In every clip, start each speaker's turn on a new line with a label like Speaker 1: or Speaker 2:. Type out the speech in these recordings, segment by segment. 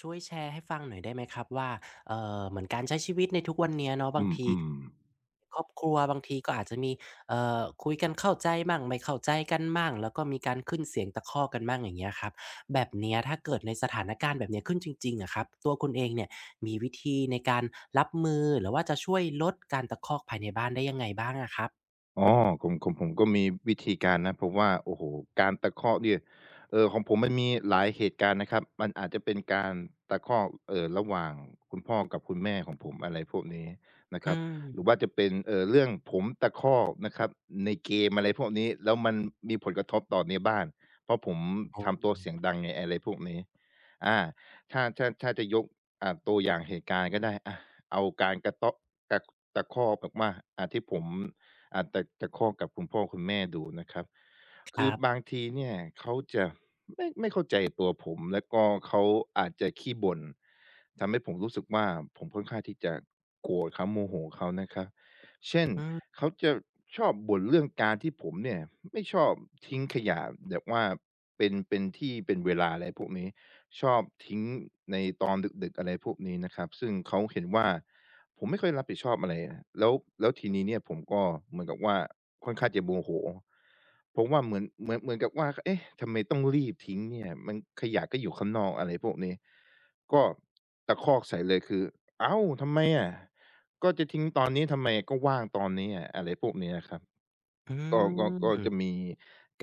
Speaker 1: ช่วยแชร์ให้ฟังหน่อยได้ไหมครับว่าเหมือนการใช้ชีวิตในทุกวันเนี้ยเนาะบา
Speaker 2: อื
Speaker 1: ง
Speaker 2: ม
Speaker 1: ที
Speaker 2: อืม
Speaker 1: ครอบครัวบางทีก็อาจจะมีคุยกันเข้าใจมั่งไม่เข้าใจกันมั่งแล้วก็มีการขึ้นเสียงตะคอกกันมั่งอย่างเงี้ยครับแบบเนี้ยถ้าเกิดในสถานการณ์แบบเนี้ยขึ้นจริงๆอะครับตัวคุณเองเนี่ยมีวิธีในการรับมือหรือว่าจะช่วยลดการตะคอกภายในบ้านได้ยังไงบ้างอะครับ
Speaker 2: อ๋อของผมก็มีวิธีการนะเพราะว่าโอ้โฮการตะคอกเนี่ยของผมมันมีหลายเหตุการณ์นะครับมันอาจจะเป็นการตะคอกระหว่างคุณพ่อกับคุณแม่ของผมอะไรพวกนี้นะค
Speaker 1: อื
Speaker 2: รับหรือ
Speaker 1: ม
Speaker 2: ว่าจะเป็นเรื่องผมตะคอกนะครับในเกมอะไรพวกนี้แล้วมันมีผลกระทบต่อในบ้านเพราะผม
Speaker 1: โอ
Speaker 2: ทำตัวเสียงดังไงอะไรพวกนี้อาถ้าจะยกตัวอย่างเหตุการณ์ก็ได้อาเอาการกระต๊อกกะตะคอกแบบว่าที่ผม อาจจะตะคอกกับคุณพ่อคุณแม่ดูนะครับ
Speaker 1: ค
Speaker 2: คือ
Speaker 1: รั
Speaker 2: บา
Speaker 1: บ
Speaker 2: งทีเนี่ยเขาจะไม่เข้าใจตัวผมแล้วก็เขาอาจจะขี้บ่นทำให้ผมรู้สึกว่าผมค่อนข้างที่จะโกรธเขาโมโหเขานะครับเช่น
Speaker 1: อืม
Speaker 2: เขาจะชอบบ่นเรื่องการที่ผมเนี่ยไม่ชอบทิ้งขยะแบบว่าเป็นที่เป็นเวลาอะไรพวกนี้ชอบทิ้งในตอนดึกๆอะไรพวกนี้นะครับซึ่งเขาเห็นว่า ผมไม่ค่อยรับผิดชอบอะไรอะแล้วแล้วทีนี้เนี่ยผมก็เหมือนกับว่าค่อนข้างจะโมโหเพราะว่าเหมือนกับว่าเอ๊ะทำไมต้องรีบทิ้งเนี่ยมันขยะก็อยู่ข้างนอกอะไรพวกนี้ก็ตะคอกใส่เลยคืออ้าวทำไมอะก็จะทิ้งตอนนี้ทำไมก็ว่างตอนนี้อะอะไรพวกนี้อะครับ
Speaker 1: อื
Speaker 2: ก็จะ
Speaker 1: ม
Speaker 2: มี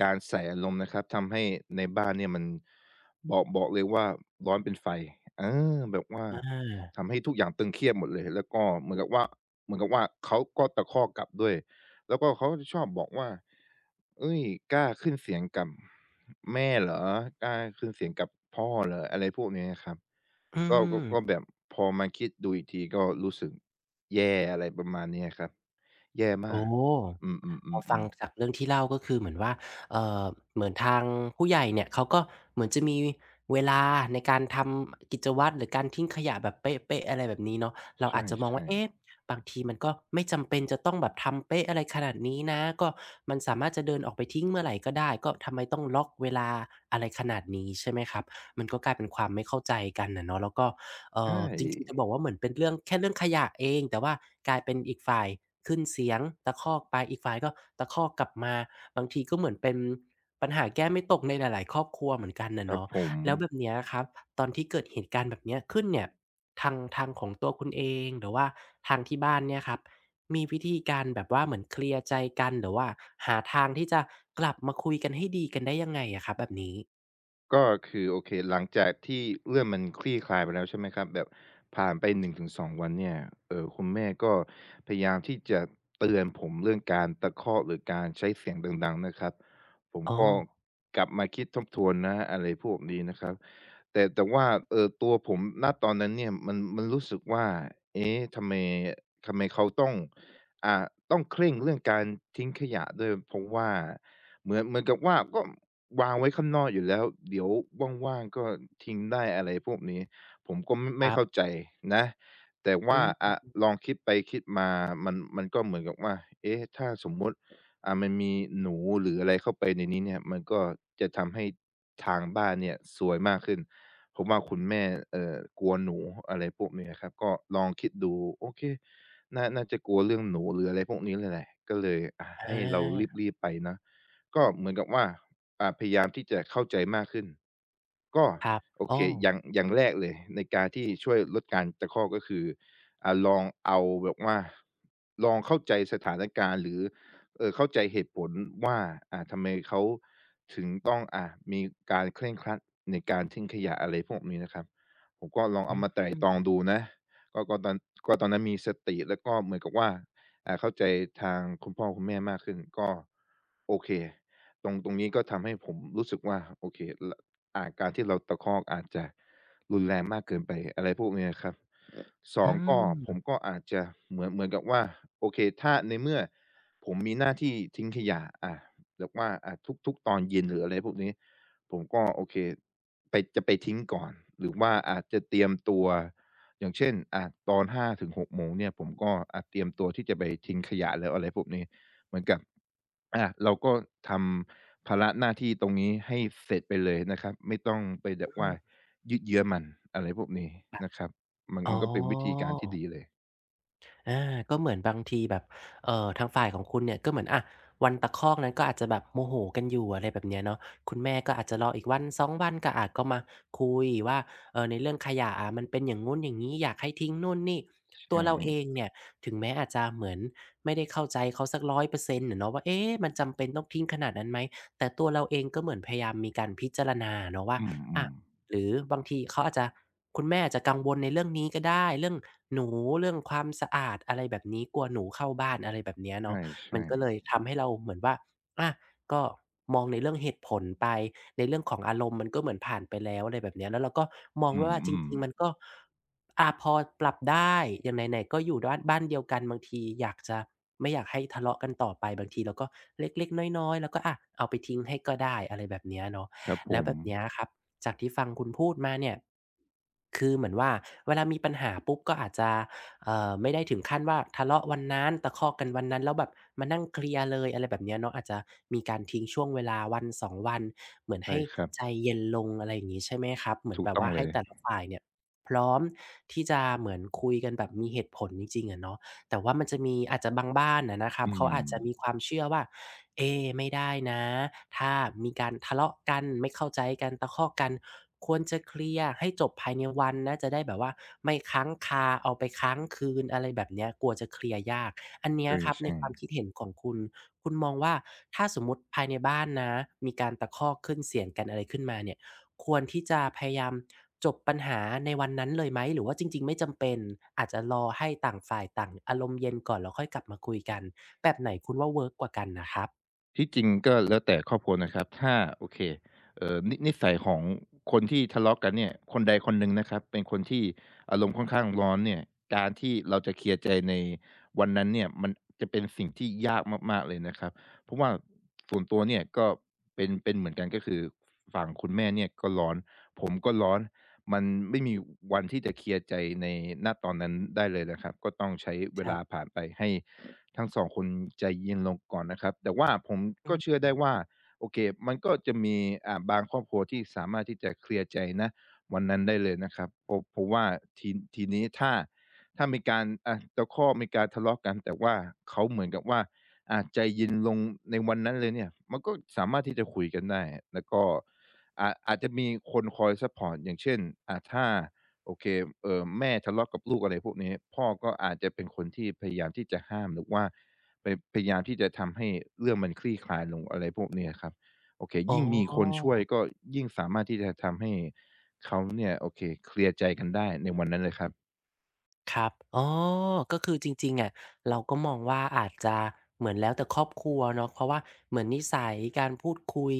Speaker 2: การใส่อารมณ์นะครับทำให้ในบ้านเนี่ยมันบอกเลยว่าร้อนเป็นไฟเออแบบว่า
Speaker 1: อา
Speaker 2: ทำให้ทุกอย่างตึงเครียดหมดเลยแล้วก็เหมือนกับว่าเหมือนกับว่าเขาก็ตะคอกกลับด้วย แล้วก็เขาจะชอบบอกว่าเฮ้ยกล้าขึ้นเสียงกับแม่เหรอกล้าขึ้นเสียงกับพ่อเหรออะไรพวกนี้อะครับ
Speaker 1: อื
Speaker 2: ก็แบ
Speaker 1: ม
Speaker 2: บพอมาคิดดูอีกทีก็รู้สึกแย่อะไรประมาณนี้อะครับแย่มา
Speaker 1: โอ้
Speaker 2: ก อื
Speaker 1: พอ
Speaker 2: ม
Speaker 1: ฟัง
Speaker 2: ๆๆๆ
Speaker 1: จากเรื่องที่เล่าก็คือเหมือนว่าเอ่อเหมือนทางผู้ใหญ่เนี่ยเขาก็เหมือนจะมีเวลาในการทำกิจวัตรหรือการทิ้งขยะแบบเป๊ะๆอะไรแบบนี้เนาะเรา
Speaker 2: ใ
Speaker 1: อาจจะมอง
Speaker 2: ช่
Speaker 1: ว่าเอ๊ะ
Speaker 2: ๆ
Speaker 1: บางทีมันก็ไม่จำเป็นจะต้องแบบทำเป๊ะอะไรขนาดนี้นะก็มันสามารถจะเดินออกไปทิ้งเมื่อไหร่ก็ได้ก็ทำไมต้องล็อกเวลาอะไรขนาดนี้ใช่ไหมครับมันก็กลายเป็นความไม่เข้าใจกันอะเนาะแล้วก็
Speaker 2: ใช่
Speaker 1: จริงๆจะบอกว่าเหมือนเป็นเรื่องแค่เรื่องขยะเองแต่ว่ากลายเป็นอีกฝ่ายขึ้นเสียงตะคอกไปอีกฝ่ายก็ตะคอกกลับมาบางทีก็เหมือนเป็นปัญหาแก้ไม่ตกในหลายๆครอบครัวเหมือนกันน่ะ
Speaker 2: ครับ
Speaker 1: เนาะ
Speaker 2: ผม
Speaker 1: แล้วแบบเนี้ยครับตอนที่เกิดเหตุการณ์แบบเนี้ยขึ้นเนี่ยทางของตัวคุณเองหรือว่าทางที่บ้านเนี่ยครับมีวิธีการแบบว่าเหมือนเคลียร์ใจกันหรือว่าหาทางที่จะกลับมาคุยกันให้ดีกันได้ยังไงอะครับแบบนี้
Speaker 2: ก็คือโอเคหลังจากที่เรื่องมันคลี่คลายไปแล้วใช่ไหมครับแบบผ่านไป1-2วันเนี่ยคุณแม่ก็พยายามที่จะเตือนผมเรื่องการตะคอกหรือการใช้เสียงดังๆนะครับผม
Speaker 1: อ๋อ
Speaker 2: ก็กลับมาคิดทบทวนนะอะไรพวกนี้นะครับแต่ว่าตัวผมณตอนนั้นเนี่ยมันรู้สึกว่าเอ๊ะทำไมเขาต้องอ่าต้องเคร่งเรื่องการทิ้งขยะด้วยเพราะว่าเหมือนกับว่าก็ วางไว้ข้างนอกอยู่แล้วเดี๋ยวว่างๆก็ทิ้งได้อะไรพวกนี้ผมก็ม
Speaker 1: ค
Speaker 2: ไม่
Speaker 1: รั
Speaker 2: เข้า
Speaker 1: บ
Speaker 2: ใจนะแต่
Speaker 1: อื
Speaker 2: ว่าอะ
Speaker 1: ม
Speaker 2: ลองคิดไปคิดมามันก็เหมือนกับว่าเอ๊ะถ้าสมมุติมันมีหนูหรืออะไรเข้าไปในนี้เนี่ยมันก็จะทำให้ทางบ้านเนี่ยซวยมากขึ้นเพราะว่าคุณแม่กลัวหนูอะไรพวกนี้อะครับก็ลองคิดดูโอเคน่าจะกลัวเรื่องหนูหรืออะไรพวกนี้เลยแหละก็เลยอะให้
Speaker 1: อา
Speaker 2: เรารีบๆไปนะ ก็เหมือนกับว่าพยายามที่จะเข้าใจมากขึ้นก็
Speaker 1: ครับ
Speaker 2: โอเค
Speaker 1: อ้อ
Speaker 2: อย่างแรกเลยในการที่ช่วยลดการตะคอกก็คือลองเอาแบบว่าลองเข้าใจสถานการณ์หรือเข้าใจเหตุผลว่าทำไมเขาถึงต้องมีการเคร่งครัดในการทิ้งขยะอะไรพวกนี้นะครับผมก็ลอง
Speaker 1: อื
Speaker 2: เอา
Speaker 1: ม
Speaker 2: มาไตร่
Speaker 1: อื
Speaker 2: ตรอง
Speaker 1: ม
Speaker 2: ดูนะก็ก็ตอนก็ตอนนั้นมีสติแล้วก็เหมือนกับว่าเข้าใจทางคุณพ่อคุณแม่มากขึ้นก็โอเค ตรงนี้ก็ทำให้ผมรู้สึกว่าโอเคลการที่เราตะคอกอาจจะรุนแรงมากเกินไปอะไรพวกเนี้ยครับสอ
Speaker 1: อื
Speaker 2: งก็ผม
Speaker 1: ม
Speaker 2: ก็อาจจะเหมือนกับว่าโอเคถ้าในเมื่อผมมีหน้าที่ทิ้งขยะแบบว่าทุกๆตอนเย็นหรืออะไรพวกนี้ผมก็โอเคไปจะไปทิ้งก่อนหรือว่าอาจจะเตรียมตัวอย่างเช่นตอน5ถึง6โมงเนี่ยผมก็เตรียมตัวที่จะไปทิ้งขยะแล้วอะไรพวกนี้เหมือนกับ อาเราก็ทำภาระหน้าที่ตรงนี้ให้เสร็จไปเลยนะครับไม่ต้องไปแบบว่ายืดเยื้อมันอะไรพวกนี้นะครับมัน
Speaker 1: อ๋
Speaker 2: มันก็เป็นวิธี
Speaker 1: อ
Speaker 2: การที่ดีเลย
Speaker 1: อาก็เหมือนบางทีแบบทางฝ่ายของคุณเนี่ยก็เหมือนอะวันตะคอกนั้นก็อาจจะแบบโมโหกันอยู่อะไรแบบเนี้ยเนาะคุณแม่ก็อาจจะรออีกวันสองวันก็อาก็มาคุยว่าในเรื่องขยะอะมันเป็นอย่างงู้นอย่างงี้อยากให้ทิ้งนู่นนี่ตัว
Speaker 2: ใช่
Speaker 1: เราเองเนี่ยถึงแม้อาจจะเหมือนไม่ได้เข้าใจเขาสัก100%อยเปอร์เซ็นต์อะเนาะว่าเอ๊ะมันจำเป็นต้องทิ้งขนาดนั้นไหมแต่ตัวเราเองก็เหมือนพยายามมีการพิจารณาเนาะว่า
Speaker 2: อื
Speaker 1: อะ
Speaker 2: มๆ
Speaker 1: หรือบางทีเขาอาจจะคุณแม่อาจจะกังวลในเรื่องนี้ก็ได้เรื่องหนูเรื่องความสะอาดอะไรแบบนี้กลัวหนูเข้าบ้านอะไรแบบเนี้ย
Speaker 2: ใ
Speaker 1: เนาะมัน
Speaker 2: ช่
Speaker 1: ก็เลย
Speaker 2: ๆ
Speaker 1: ทำให้เราเหมือนว่าอาก็มองในเรื่องเหตุผลไปในเรื่องของอารมณ์มันก็เหมือนผ่านไปแล้วอะไรแบบเนี้ยแล้วเราก็มอง
Speaker 2: อื
Speaker 1: วว่าจ
Speaker 2: ม
Speaker 1: ริงๆมัน
Speaker 2: ๆ
Speaker 1: ก็พอปรับได้อย่างไหนๆก็อยู่ด้านบ้านเดียวกันบางทีอยากจะไม่อยากให้ทะเลาะกันต่อไปบางทีเราก็เล็กๆน้อยๆแล้วก็อะเอาไปทิ้งให้ก็ได้อะไรแบบเนี้ยเนาะ
Speaker 2: ครับผ
Speaker 1: แล้ว
Speaker 2: ม
Speaker 1: แบบเนี้ยครับจากที่ฟังคุณพูดมาเนี่ยคือเหมือนว่าเวลามีปัญหาปุ๊บก็อาจจะไม่ได้ถึงขั้นว่าทะเลาะวันนั้นตะคอกกันวันนั้นแล้วแบบมานั่งเคลียร์เลยอะไรแบบเนี้ยเนาะอาจจะมีการทิ้งช่วงเวลาวันสองวันเหมือน
Speaker 2: ใช่
Speaker 1: ให้
Speaker 2: ครับ
Speaker 1: ใจเย็นลงอะไรอย่างงี้ใช่ไหมครับเหมือน
Speaker 2: ถูก
Speaker 1: แบบ
Speaker 2: ต้อง
Speaker 1: ว่า
Speaker 2: เล
Speaker 1: ให้
Speaker 2: ย
Speaker 1: แต่ละฝ่ายเนี่ยพร้อมที่จะเหมือนคุยกันแบบมีเหตุผลจริงๆอะเนาะแต่ว่ามันจะมีอาจจะบางบ้านอะนะครับ
Speaker 2: อื
Speaker 1: เขา
Speaker 2: ม
Speaker 1: อาจจะมีความเชื่อว่า เอ๊ไม่ได้นะถ้ามีการทะเลาะกันไม่เข้าใจกันตะคอกกันควรจะเคลียร์ให้จบภายในวันนะจะได้แบบว่าไม่ค้างคาเอาไปค้างคืนอะไรแบบเนี้ยกลัวจะเคลียร์ยากอันเนี้ยครับใน
Speaker 2: ใช่
Speaker 1: ความคิด
Speaker 2: ๆ
Speaker 1: เห็นของคุณคุณมองว่าถ้าสมมุติภายในบ้านนะมีการตะคอกขึ้นเสียงกันอะไรขึ้นมาเนี่ยควรที่จะพยายามจบปัญหาในวันนั้นเลยไหมหรือว่าจริงๆไม่จำเป็นอาจจะรอให้ต่างฝ่ายต่างอารมณ์เย็นก่อนแล้วค่อยกลับมาคุยกันแบบไหนคุณว่าเวิร์กกว่ากันนะครับ
Speaker 2: ที่จริงก็แล้วแต่ครอบครัวนะครับถ้าโอเคนิสัยของคนที่ทะเลาะกันเนี่ยคนใดคนหนึ่งนะครับเป็นคนที่อารมณ์ค่อนข้างร้อนเนี่ยการที่เราจะเคลียร์ใจในวันนั้นเนี่ยมันจะเป็นสิ่งที่ยากมากๆเลยนะครับเพราะว่าส่วนตัวเนี่ยก็เป็นเหมือนกันก็คือฝั่งคุณแม่เนี่ยก็ร้อนผมก็ร้อนมันไม่มีวันที่จะเคลียร์ใจในณตอนนั้นได้เลยนะครับก็ต้องใช้เว
Speaker 1: ครั
Speaker 2: ลา
Speaker 1: บ
Speaker 2: ผ่านไปให้ ทั้ง2คนใจเย็นลงก่อนนะครับ แต่ว่าผม
Speaker 1: อื
Speaker 2: ก็เชื่อได้ว่า
Speaker 1: ม
Speaker 2: โอเคมันก็จะมีบางครอบครัวที่สามารถที่จะเคลียร์ใจณวันนั้นได้เลยนะครับเพราะว่าทีทีนี้ถ้ามีการตะคอกมีการทะเลาะกันแต่ว่าเขาเหมือนกับว่าใจเย็นลงในวันนั้นเลยเนี่ยมันก็สามารถที่จะคุยกันได้แล้วก็อาจจะมีคนคอยซัปพอร์ตอย่างเช่นถ้า โอเคแม่ทะเลาะกับลูกอะไรพวกนี้พ่อก็อาจจะเป็นคนที่พยายามที่จะห้ามหรือว่าไปพยายามที่จะทำให้เรื่องมันคลี่คลายลงอะไรพวกนี้อะครับโอเค
Speaker 1: อ๋อ
Speaker 2: ยิ่งมีคนช่วยก็ยิ่งสามารถที่จะทำให้เขาเนี่ยโอเคเคลียร์ใจกันได้ในวันนั้นเลยครับ
Speaker 1: ครับอ๋อก็คือจริงๆอะเราก็มองว่าอาจจะเหมือนแล้วแต่ครอบครัวเนาะเพราะว่าเหมือนนิสัยการพูดคุย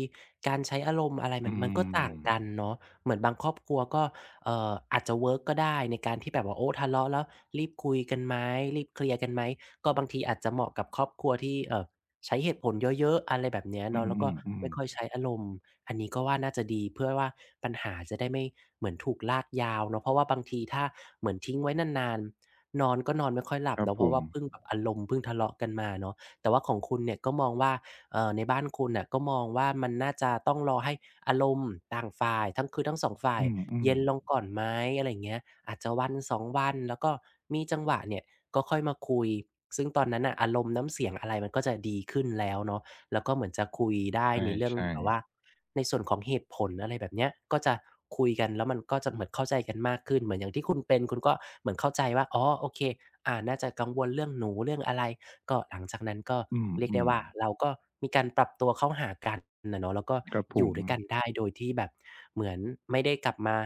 Speaker 1: การใช้อารมณ์อะไร
Speaker 2: อื
Speaker 1: มันก็
Speaker 2: ม
Speaker 1: ต่างกันเนาะเหมือนบางครอบครัวก็อาจจะเวิร์กก็ได้ในการที่แบบว่าโอ้ทะเลาะแล้วรีบคุยกันไหมรีบเคลียร์กันไหมก็บางทีอาจจะเหมาะกับครอบครัวที่ใช้เหตุผลเยอะๆอะไรแบบเนี้ย
Speaker 2: อื
Speaker 1: เนาะแล้วก็
Speaker 2: ม
Speaker 1: ไม่ค่อย
Speaker 2: ๆๆ
Speaker 1: ใช้อารมณ์อันนี้ก็ว่าน่าจะดีเพื่อว่าปัญหาจะได้ไม่เหมือนถูกลากยาวเนาะเพราะว่าบางทีถ้า เหมือนทิ้งไว้นานๆนอนก็นอนไม่ค่อยหลั
Speaker 2: ค
Speaker 1: บ
Speaker 2: รับ
Speaker 1: เนาะ
Speaker 2: ผ
Speaker 1: เพราะ
Speaker 2: ม
Speaker 1: ว่าเพิ่งแบบอารมณ์เพิ่งทะเลาะกันมาเนาะแต่ว่าของคุณเนี่ยก็มองว่าในบ้านคุณน่ะก็มองว่ามันน่าจะต้องรอให้อารมณ์ต่างฝ่ายทั้งสองฝ่าย
Speaker 2: อื
Speaker 1: เย็
Speaker 2: ม
Speaker 1: นลง
Speaker 2: ๆ
Speaker 1: ก่อนไหมอะไรอย่างเงี้ยอาจจะวันสองวันแล้วก็มีจังหวะเนี่ยก็ค่อยมาคุยซึ่งตอนนั้นน่ะอารมณ์น้ำเสียงอะไรมันก็จะดีขึ้นแล้วเนาะ แล้วก็เหมือนจะคุยได้ในเรื่อง
Speaker 2: ใช่
Speaker 1: แบบว่า
Speaker 2: ๆ
Speaker 1: ในส่วนของเหตุผลอะไรแบบเนี้ยก็จะคุยกันแล้วมันก็จะเหมือนเข้าใจกันมากขึ้นเหมือนอย่างที่คุณเป็นคุณก็เหมือนเข้าใจว่าอ๋อโอเคอ่าน่าจะกังวลเรื่องหนูเรื่องอะไรก็หลังจากนั้นก็
Speaker 2: อื
Speaker 1: เรียกได้
Speaker 2: ม
Speaker 1: ว่าเราก็มีการปรับตัวเข้าหากันน่ะเนาะแล้วก็
Speaker 2: ๆครับผ
Speaker 1: อยู่
Speaker 2: ม
Speaker 1: ด้วยกันได้โดยที่แบบเหมือนไม่ได้กลับมา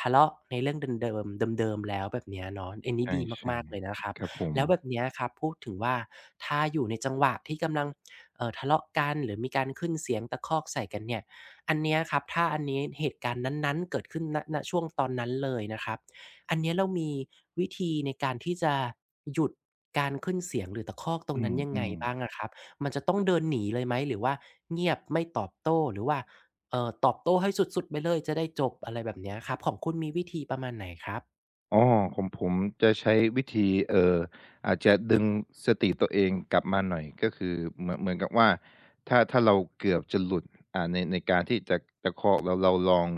Speaker 1: ทะเลาะในเรื่องเดิมๆเดิมๆแล้วแบบเนี้ยเนาะอันนี้ดี
Speaker 2: ใช่
Speaker 1: มากๆเลยนะครับ
Speaker 2: ๆครับผม
Speaker 1: แล้วแบบเนี้ยครับพูดถึงว่าถ้าอยู่ในจังหวะที่กำลัง ทะเลาะกันหรือมีการขึ้นเสียงตะคอกใส่กันเนี่ยอันเนี้ยครับถ้าอันนี้เหตุการณ์นั้นๆเกิดขึ้นณช่วงตอนนั้นเลยนะครับอันเนี้ยเรามีวิธีในการที่จะหยุดการขึ้นเสียงหรือตะคอกตรง
Speaker 2: อื
Speaker 1: นั้นยังไง
Speaker 2: ม
Speaker 1: บ้าง
Speaker 2: ๆ
Speaker 1: อะครับมันจะต้องเดินหนีเลยไหมหรือว่าเงียบไม่ตอบโต้หรือว่าตอบโต้ให้สุดๆไปเลยจะได้จบอะไรแบบเนี้ยครับของคุณมีวิธีประมาณไหนครับ
Speaker 2: อ๋อของผมจะใช้วิธีอาจจะดึงสติตัวเองกลับมาหน่อยก็คือเหมือนกับว่าถ้าเราเกือบจะหลุดในการที่จะตะคอกเราลอง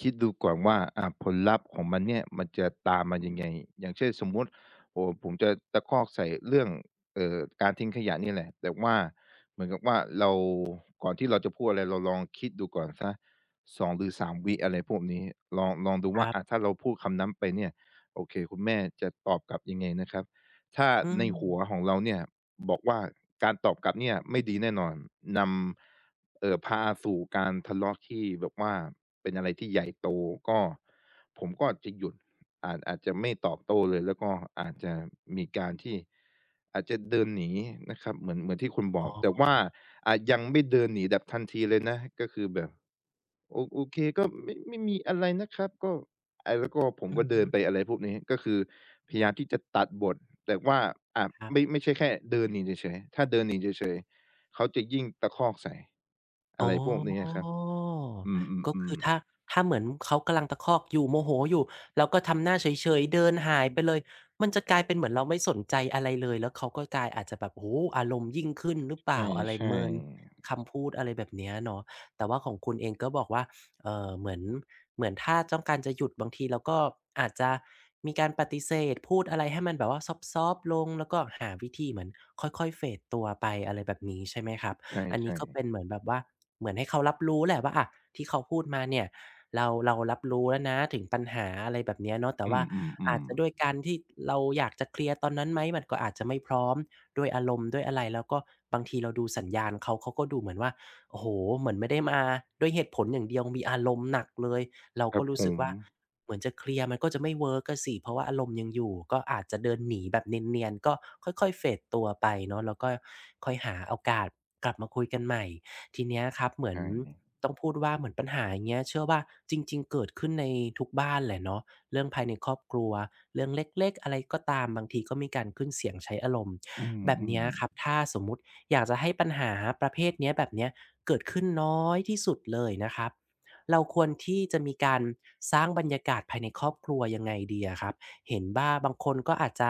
Speaker 2: คิดดูก่อนว่าผลลัพธ์ของมันเนี่ยมันจะตามมายังไงอย่างเช่นสมมุติโอ้โฮผมจะตะคอกใส่เรื่องการทิ้งขยะนี่แหละแต่ว่าเหมือนกับว่าเราก่อนที่เราจะพูดอะไรเราลองคิดดูก่อนสักสองหรือสามวิอะไรพวกนี้ลองดู
Speaker 1: ค
Speaker 2: ว่า
Speaker 1: รั
Speaker 2: อะ
Speaker 1: บ
Speaker 2: ถ้าเราพูดคำนั้นไปเนี่ย โอเคคุณแม่จะตอบกลับยังไงนะครับถ้า
Speaker 1: อื
Speaker 2: ในหัวข
Speaker 1: ม
Speaker 2: องเราเนี่ยบอกว่าการตอบกลับเนี่ยไม่ดีแน่นอนนำพาสู่การทะเลาะที่แบบว่าเป็นอะไรที่ใหญ่โตก็ผมก็จะหยุดอาจจะไม่ตอบโต้เลยแล้วก็อาจจะมีการที่อาจจะเดินหนีนะครับเหมือนที่คุณบ
Speaker 1: อ๋
Speaker 2: อก
Speaker 1: อ
Speaker 2: แต่ว่าอาจยังไม่เดินหนีแบบทันทีเลยนะก็คือแบบ โอเคก็ไม่มีอะไรนะครับก็อาแล้วก็ผม
Speaker 1: อื
Speaker 2: ก็เดินไป
Speaker 1: ม
Speaker 2: อะไรพวกนี้ก็คือพยายามที่จะตัดบทแต่ว่าอ่า
Speaker 1: ๆครับ
Speaker 2: ไม่ใช่แค่เดินหนีเฉยๆถ้าเดินหนีเฉยๆเขาจะยิ่งตะคอกใส่
Speaker 1: อ๋
Speaker 2: อะ
Speaker 1: อ
Speaker 2: ไรพวกนี้อะครับอื
Speaker 1: ก็คื
Speaker 2: ม
Speaker 1: อ
Speaker 2: ๆๆ
Speaker 1: ถ้าเหมือนเขากำลังตะคอกอยู่โมโหอยู่เราก็ทำหน้าเฉยๆเดินหายไปเลยมันจะกลายเป็นเหมือนเราไม่สนใจอะไรเลยแล้วเขาก็กลายอาจจะแบบโอ้โฮอารมณ์ยิ่งขึ้นหรือเปล่าอะไร
Speaker 2: ใช่
Speaker 1: เมิน
Speaker 2: ๆ
Speaker 1: คำพูดอะไรแบบเนี้ยเนาะแต่ว่าของคุณเองก็บอกว่าเอ่อเหมือนเหมือนถ้าต้องการจะหยุดบางทีเราก็อาจจะมีการปฏิเสธพูดอะไรให้มันแบบว่าซอฟต์ๆลงแล้วก็หาวิธีเหมือนค่อยๆเฟดตัวไปอะไรแบบนี้ใช่ไหมครับ อันนี้
Speaker 2: ใช่
Speaker 1: ก็เป็นเห
Speaker 2: ๆ
Speaker 1: มือนแบบว่าเหมือนให้เขารับรู้แหละว่าอะที่เขาพูดมาเนี่ยเรารับรู้แล้วนะถึงปัญหาอะไรแบบเนี้ยเนาะแต่
Speaker 2: อื
Speaker 1: ว่าอา
Speaker 2: ม
Speaker 1: จจะ
Speaker 2: ๆ
Speaker 1: ด้วย
Speaker 2: ๆ
Speaker 1: การที่เราอยากจะเคลียร์ตอนนั้นไหมมันก็อาจจะไม่พร้อมด้วยอารมณ์ด้วยอะไรแล้วก็บางทีเราดูสัญญาณเขาก็ดูเหมือนว่าโอ้โฮเหมือนไม่ได้มาด้วยเหตุผลอย่างเดียวมีอารมณ์หนักเลยเรา
Speaker 2: ครั
Speaker 1: ก็
Speaker 2: บ
Speaker 1: รู้
Speaker 2: ผ
Speaker 1: สึก
Speaker 2: ม
Speaker 1: ว่า เหมือนจะเคลียร์มันก็จะไม่เวิร์กอะสิเพราะว่าอารมณ์ยังอยู่ก็อาจจะเดินหนีแบบเนียนๆก็ค่อยๆเฟดตัวไปเนาะแล้วก็ค่อยหาโอกาสกลับมาคุยกันใหม่ทีเนี้ยครับเหมือน
Speaker 2: ใช่
Speaker 1: ต้องพูดว่าเหมือนปัญหาอย่างเงี้ยเชื่อว่าจริงๆเกิดขึ้นในทุกบ้านแหละเนาะเรื่องภายในครอบครัวเรื่องเล็กๆอะไรก็ตามบางทีก็มีการขึ้นเสียงใช้อารมณ์
Speaker 2: อื
Speaker 1: แบบ
Speaker 2: ม
Speaker 1: เนี้ยครับ
Speaker 2: ๆ
Speaker 1: ถ้าสมมุติอยากจะให้ปัญหาประเภทเนี้ยแบบเนี้ยเกิดขึ้นน้อยที่สุดเลยนะครับ เราควรที่จะมีการสร้างบรรยากาศภายในครอบครัวยังไงดีอะครับเห็นว่าบางคนก็อาจจะ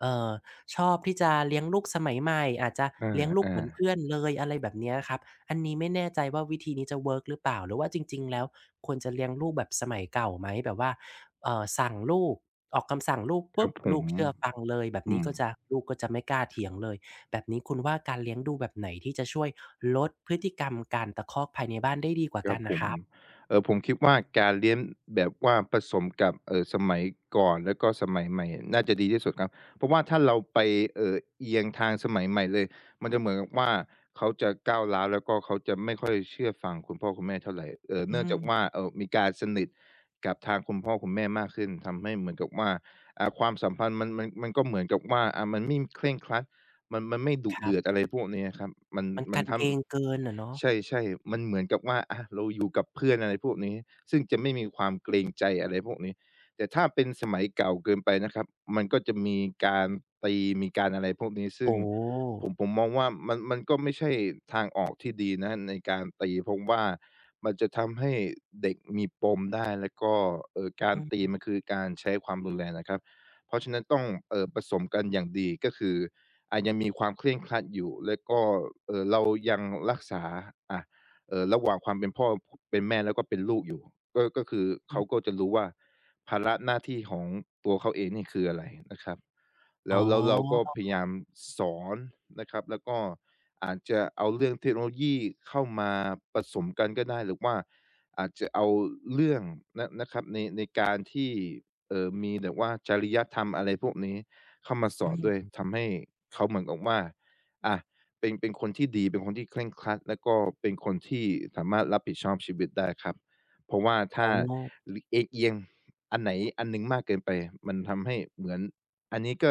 Speaker 1: เอ่อชอบที่จะเลี้ยงลูกสมัยใหม่อาจจะ
Speaker 2: อ
Speaker 1: เลี้ยงลูกเหมือน
Speaker 2: า
Speaker 1: เพื่อนเลยอะไรแบบเนี้ยครับอันนี้ไม่แน่ใจว่าวิธีนี้จะเวิร์กหรือเปล่าหรือว่าจริงๆแล้วควรจะเลี้ยงลูกแบบสมัยเก่าไหมแบบว่าสั่งลูกออกคำสั่งลูก
Speaker 2: ๆครั
Speaker 1: ปุ๊
Speaker 2: บ
Speaker 1: บ
Speaker 2: ผ
Speaker 1: ลู
Speaker 2: ม
Speaker 1: กเชื่อฟังเลยแบบ
Speaker 2: อื
Speaker 1: นี้
Speaker 2: ม
Speaker 1: ก็จะลูกก็จะไม่กล้าเถียงเลยแบบนี้คุณว่าการเลี้ยงดูแบบไหนที่จะช่วยลดพฤติกรรมการตะคอกภายในบ้านได้ดีกว่า
Speaker 2: ครั
Speaker 1: กั
Speaker 2: บ
Speaker 1: น
Speaker 2: ผ
Speaker 1: น่ะค
Speaker 2: ม
Speaker 1: รับ
Speaker 2: ผมคิดว่าการเลี้ยงแบบว่าผสมกับสมัยก่อนแล้วก็สมัยใหม่น่าจะดีที่สุดครับเพราะว่าถ้าเราไปเอียงทางสมัยใหม่เลยมันจะเหมือนกับว่าเขาจะก้าวร้าวแล้วก็เขาจะไม่ค่อยเชื่อฟังคุณพ่อคุณแม่เท่าไร
Speaker 1: อื
Speaker 2: เนื่องจากว่า
Speaker 1: ม
Speaker 2: มีการสนิทกับทางคุณพ่อคุณแม่มากขึ้นทำให้เหมือนกับว่าความสัมพันธ์มันก็เหมือนกับว่ามันไม่เคร่งครัดมันไม่ดุ
Speaker 1: ครั
Speaker 2: เดือดอะ
Speaker 1: บ
Speaker 2: ไรพวกนี้อะครับมัน
Speaker 1: มัน
Speaker 2: มัน
Speaker 1: กัน
Speaker 2: ทำ
Speaker 1: เองเกินอะเนาะ
Speaker 2: ใช่ๆมันเหมือนกับว่าอะเราอยู่กับเพื่อนอะไรพวกนี้ ซึ่งจะไม่มีความเกรงใจอะไรพวกนี้แต่ถ้าเป็นสมัยเก่าเกินไปนะครับมันก็จะมีการตีมีการอะไรพวกนี้ซึ่ง
Speaker 1: โอ้
Speaker 2: ผมมองว่ามันก็ไม่ใช่ทางออกที่ดีนะในการตีเพราะว่ามันจะทำให้เด็กมีปมได้แล้วก็การตี
Speaker 1: อืม
Speaker 2: มันคือการใช้ความรุนแรงนะครับ เพราะฉะนั้นต้องผสมกันอย่างดีก็คือ อ่ะยังมีความเคร่งครัดอยู่แล้วก็เรายังรักษาอ่าระหว่างความเป็นพ่อเป็นแม่แล้วก็เป็นลูกอยู่ก็ก็คือเขา
Speaker 1: ๆ
Speaker 2: ก็จะรู้ว่าภาระหน้าที่ของตัวเขาเองนี่คืออะไรนะครับ
Speaker 1: อ๋อ
Speaker 2: แล้วเราก็พยายามสอนนะครับแล้วก็อาจจะเอาเรื่องเทคโนโลยีเข้ามาผสมกันก็ได้หรือว่าอาจจะเอาเรื่องนะครับในการที่มีแบบว่าจริยธรรมอะไรพวกนี้ เข้ามาสอนด้วย
Speaker 1: อืม
Speaker 2: ทำให้เขาเหมือนกับว่าอะเป็นคนที่ดีเป็นคนที่เคร่งครัดแล้วก็เป็นคนที่สามารถรับผิดชอบชีวิตได้ครับเพราะว่า
Speaker 1: อ๋อ
Speaker 2: ถ้าลเอียงๆอันไหนอันหนึ่งมากเกินไปมันทำให้เหมือนอันนี้ก็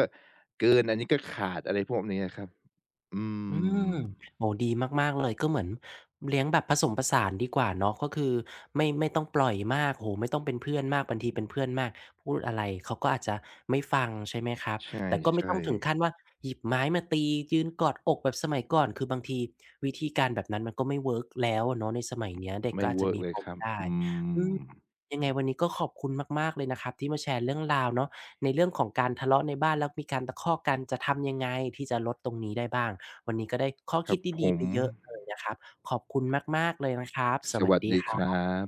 Speaker 2: เกินอันนี้ก็ขาดอะไรพวกนี้อะครับอื
Speaker 1: อืม
Speaker 2: ม
Speaker 1: โอ้ดีมากๆเลยก็เหมือนเลี้ยงแบบผสมผสานดีกว่าเนาะก็คือไม่ต้องปล่อยมากโอ้โฮไม่ต้องเป็นเพื่อนมากบางทีเป็นเพื่อนมากพูดอะไรเขาก็อาจจะไม่ฟังใช่ไหมครับ
Speaker 2: ใช
Speaker 1: แต่ก็ไม่
Speaker 2: ่
Speaker 1: ต้องถึงขั้นว่าหยิบไม้มาตียืนกอดอกแบบสมัยก่อนคือบางทีวิธีการแบบนั้นมันก็ไม่เวิร์กแล้วอะเนาะในสมัยเนี้ยเด็ก
Speaker 2: ๆ
Speaker 1: ก็
Speaker 2: ไม่
Speaker 1: อาจจะ
Speaker 2: เวิร์ก
Speaker 1: มี
Speaker 2: เล
Speaker 1: ป
Speaker 2: ย
Speaker 1: ม
Speaker 2: ครับ
Speaker 1: ได้
Speaker 2: อื
Speaker 1: อื
Speaker 2: ม
Speaker 1: มยังไงวันนี้ก็ขอบคุณมากๆเลยนะครับที่มาแชร์เรื่องราวเนาะ ในเรื่องของการทะเลาะในบ้านแล้วมีการตะคอกกันจะทำยังไงที่จะลดตรงนี้ได้บ้างวันนี้ก็ได้ข้อ
Speaker 2: ค
Speaker 1: คิ
Speaker 2: รั
Speaker 1: ด
Speaker 2: บผ
Speaker 1: ดีๆไป
Speaker 2: ม
Speaker 1: เยอะเลยนะครับขอบคุณมากๆเลยนะครับส
Speaker 2: ส
Speaker 1: วัส
Speaker 2: วัส
Speaker 1: ดี
Speaker 2: ดี
Speaker 1: ค
Speaker 2: ค
Speaker 1: รับ
Speaker 2: รับ